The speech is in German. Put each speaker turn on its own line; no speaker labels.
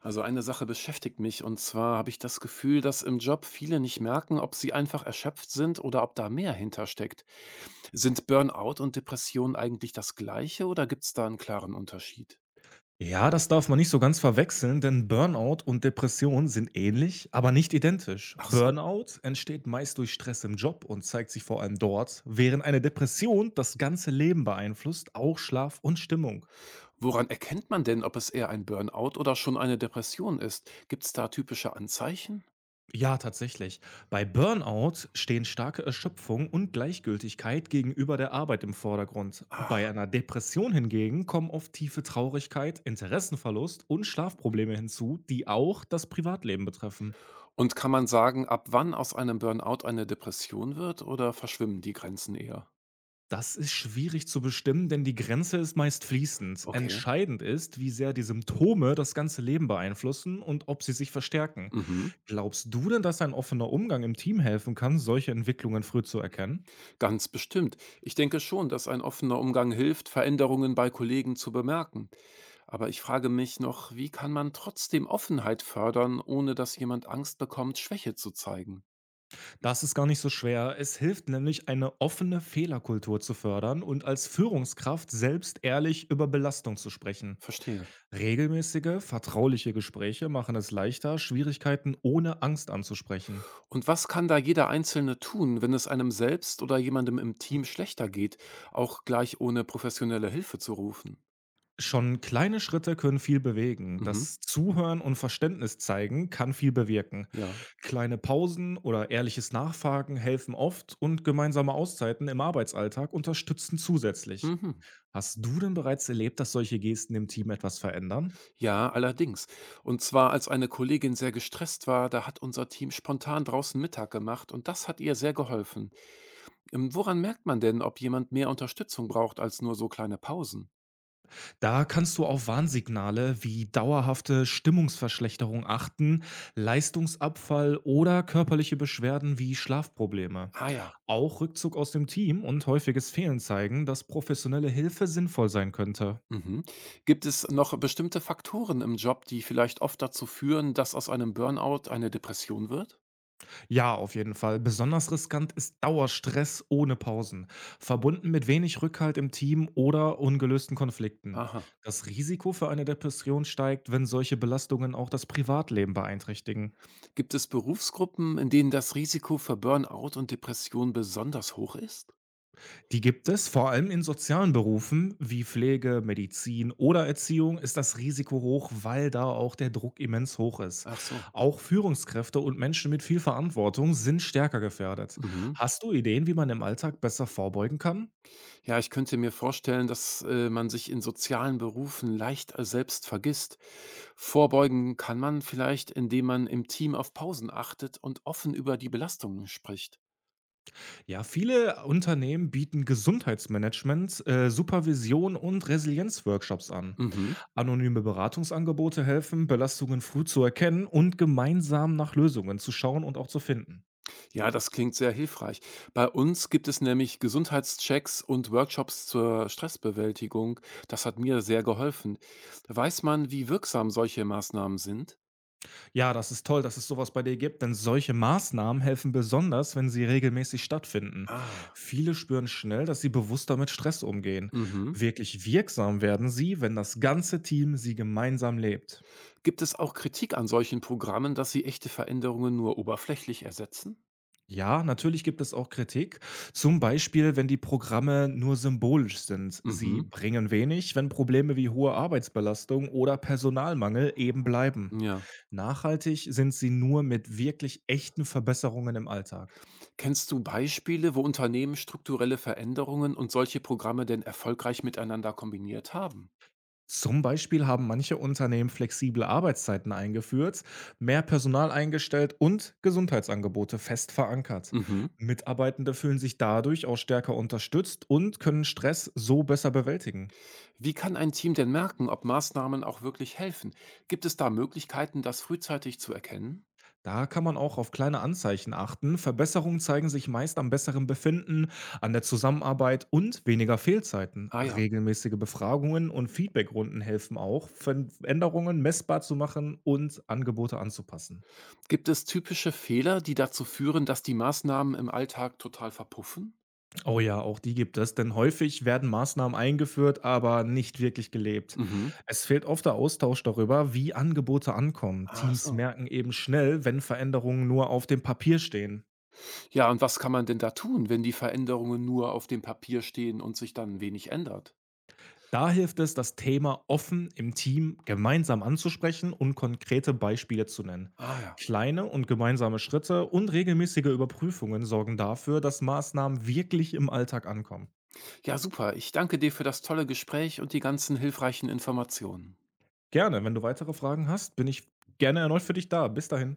Also eine Sache beschäftigt mich und zwar habe ich das Gefühl, dass im Job viele nicht merken, ob sie einfach erschöpft sind oder ob da mehr hintersteckt. Sind Burnout und Depression eigentlich das gleiche oder gibt es da einen klaren Unterschied?
Ja, das darf man nicht so ganz verwechseln, denn Burnout und Depression sind ähnlich, aber nicht identisch.
Ach so,
Burnout entsteht meist durch Stress im Job und zeigt sich vor allem dort, während eine Depression das ganze Leben beeinflusst, auch Schlaf und Stimmung.
woran erkennt man denn, ob es eher ein Burnout oder schon eine Depression ist? Gibt es da typische Anzeichen?
Ja, tatsächlich. Bei Burnout stehen starke Erschöpfung und Gleichgültigkeit gegenüber der Arbeit im Vordergrund. Bei
Ach,
einer Depression hingegen kommen oft tiefe Traurigkeit, Interessenverlust und Schlafprobleme hinzu, die auch das Privatleben betreffen.
und kann man sagen, ab wann aus einem Burnout eine Depression wird oder verschwimmen die Grenzen eher?
Das ist schwierig zu bestimmen, denn die Grenze ist meist fließend.
Okay.
Entscheidend ist, wie sehr die Symptome das ganze Leben beeinflussen und ob sie sich verstärken.
Mhm.
Glaubst du denn, dass ein offener Umgang im Team helfen kann, solche Entwicklungen früh zu erkennen?
Ganz bestimmt. Ich denke schon, dass ein offener Umgang hilft, Veränderungen bei Kollegen zu bemerken. Aber ich frage mich noch, wie kann man trotzdem Offenheit fördern, ohne dass jemand Angst bekommt, Schwäche zu zeigen?
Das ist gar nicht so schwer. Es hilft nämlich, eine offene Fehlerkultur zu fördern und als Führungskraft selbst ehrlich über Belastung zu sprechen.
Verstehe.
Regelmäßige, vertrauliche Gespräche machen es leichter, Schwierigkeiten ohne Angst anzusprechen.
Und was kann da jeder Einzelne tun, wenn es einem selbst oder jemandem im Team schlechter geht, auch gleich ohne professionelle Hilfe zu rufen?
Schon kleine Schritte können viel bewegen.
Mhm.
Das Zuhören und Verständnis zeigen kann viel bewirken.
Ja.
Kleine Pausen oder ehrliches Nachfragen helfen oft und gemeinsame Auszeiten im Arbeitsalltag unterstützen zusätzlich.
Mhm.
Hast du denn bereits erlebt, dass solche Gesten im Team etwas verändern?
Ja, allerdings. Und zwar, als eine Kollegin sehr gestresst war, da hat unser Team spontan draußen Mittag gemacht und das hat ihr sehr geholfen. Woran merkt man denn, ob jemand mehr Unterstützung braucht als nur so kleine Pausen?
Da kannst du auf Warnsignale wie dauerhafte Stimmungsverschlechterung achten, Leistungsabfall oder körperliche Beschwerden wie Schlafprobleme.
Ah ja.
Auch Rückzug aus dem Team und häufiges Fehlen zeigen, dass professionelle Hilfe sinnvoll sein könnte.
Mhm. Gibt es noch bestimmte Faktoren im Job, die vielleicht oft dazu führen, dass aus einem Burnout eine Depression wird?
Ja, auf jeden Fall. Besonders riskant ist Dauerstress ohne Pausen, verbunden mit wenig Rückhalt im Team oder ungelösten Konflikten.
Aha.
Das Risiko für eine Depression steigt, wenn solche Belastungen auch das Privatleben beeinträchtigen.
Gibt es Berufsgruppen, in denen das Risiko für Burnout und Depression besonders hoch ist?
Die gibt es, vor allem in sozialen Berufen wie Pflege, Medizin oder Erziehung ist das Risiko hoch, weil da auch der Druck immens hoch ist.
Ach so.
Auch Führungskräfte und Menschen mit viel Verantwortung sind stärker gefährdet.
Mhm.
Hast du Ideen, wie man im Alltag besser vorbeugen kann?
Ja, ich könnte mir vorstellen, dass man sich in sozialen Berufen leicht selbst vergisst. Vorbeugen kann man vielleicht, indem man im Team auf Pausen achtet und offen über die Belastungen spricht.
Ja, viele Unternehmen bieten Gesundheitsmanagement, Supervision und Resilienzworkshops an.
Mhm.
Anonyme Beratungsangebote helfen, Belastungen früh zu erkennen und gemeinsam nach Lösungen zu schauen und auch zu finden.
Ja, das klingt sehr hilfreich. Bei uns gibt es nämlich Gesundheitschecks und Workshops zur Stressbewältigung. Das hat mir sehr geholfen. Weiß man, wie wirksam solche Maßnahmen sind?
Ja, das ist toll, dass es sowas bei dir gibt, denn solche Maßnahmen helfen besonders, wenn sie regelmäßig stattfinden.
Ah.
Viele spüren schnell, dass sie bewusster mit Stress umgehen.
Mhm.
Wirklich wirksam werden sie, wenn das ganze Team sie gemeinsam lebt.
Gibt es auch Kritik an solchen Programmen, dass sie echte Veränderungen nur oberflächlich ersetzen?
Ja, natürlich gibt es auch Kritik, zum Beispiel wenn die Programme nur symbolisch sind.
Mhm,
Sie bringen wenig, wenn Probleme wie hohe Arbeitsbelastung oder Personalmangel eben bleiben.
ja.
Nachhaltig sind sie nur mit wirklich echten Verbesserungen im Alltag.
Kennst du Beispiele, wo Unternehmen strukturelle Veränderungen und solche Programme denn erfolgreich miteinander kombiniert haben?
Zum Beispiel haben manche Unternehmen flexible Arbeitszeiten eingeführt, mehr Personal eingestellt und Gesundheitsangebote fest verankert.
Mhm.
Mitarbeitende fühlen sich dadurch auch stärker unterstützt und können Stress so besser bewältigen.
Wie kann ein Team denn merken, ob Maßnahmen auch wirklich helfen? Gibt es da Möglichkeiten, das frühzeitig zu erkennen?
Da kann man auch auf kleine Anzeichen achten. Verbesserungen zeigen sich meist am besseren Befinden, an der Zusammenarbeit und weniger Fehlzeiten.
Ah ja.
Regelmäßige Befragungen und Feedbackrunden helfen auch, Veränderungen messbar zu machen und Angebote anzupassen.
Gibt es typische Fehler, die dazu führen, dass die Maßnahmen im Alltag total verpuffen?
Oh ja, auch die gibt es, denn häufig werden Maßnahmen eingeführt, aber nicht wirklich gelebt.
Mhm.
Es fehlt oft der Austausch darüber, wie Angebote ankommen.
Ach
Teams
so.
merken eben schnell, wenn Veränderungen nur auf dem Papier stehen.
Ja, und was kann man denn da tun, wenn die Veränderungen nur auf dem Papier stehen und sich dann wenig ändert?
Da hilft es, das Thema offen im Team gemeinsam anzusprechen und konkrete Beispiele zu nennen.
Ah ja.
Kleine und gemeinsame Schritte und regelmäßige Überprüfungen sorgen dafür, dass Maßnahmen wirklich im Alltag ankommen.
Ja, super. Ich danke dir für das tolle Gespräch und die ganzen hilfreichen Informationen.
Gerne, wenn du weitere Fragen hast, bin ich gerne erneut für dich da. Bis dahin.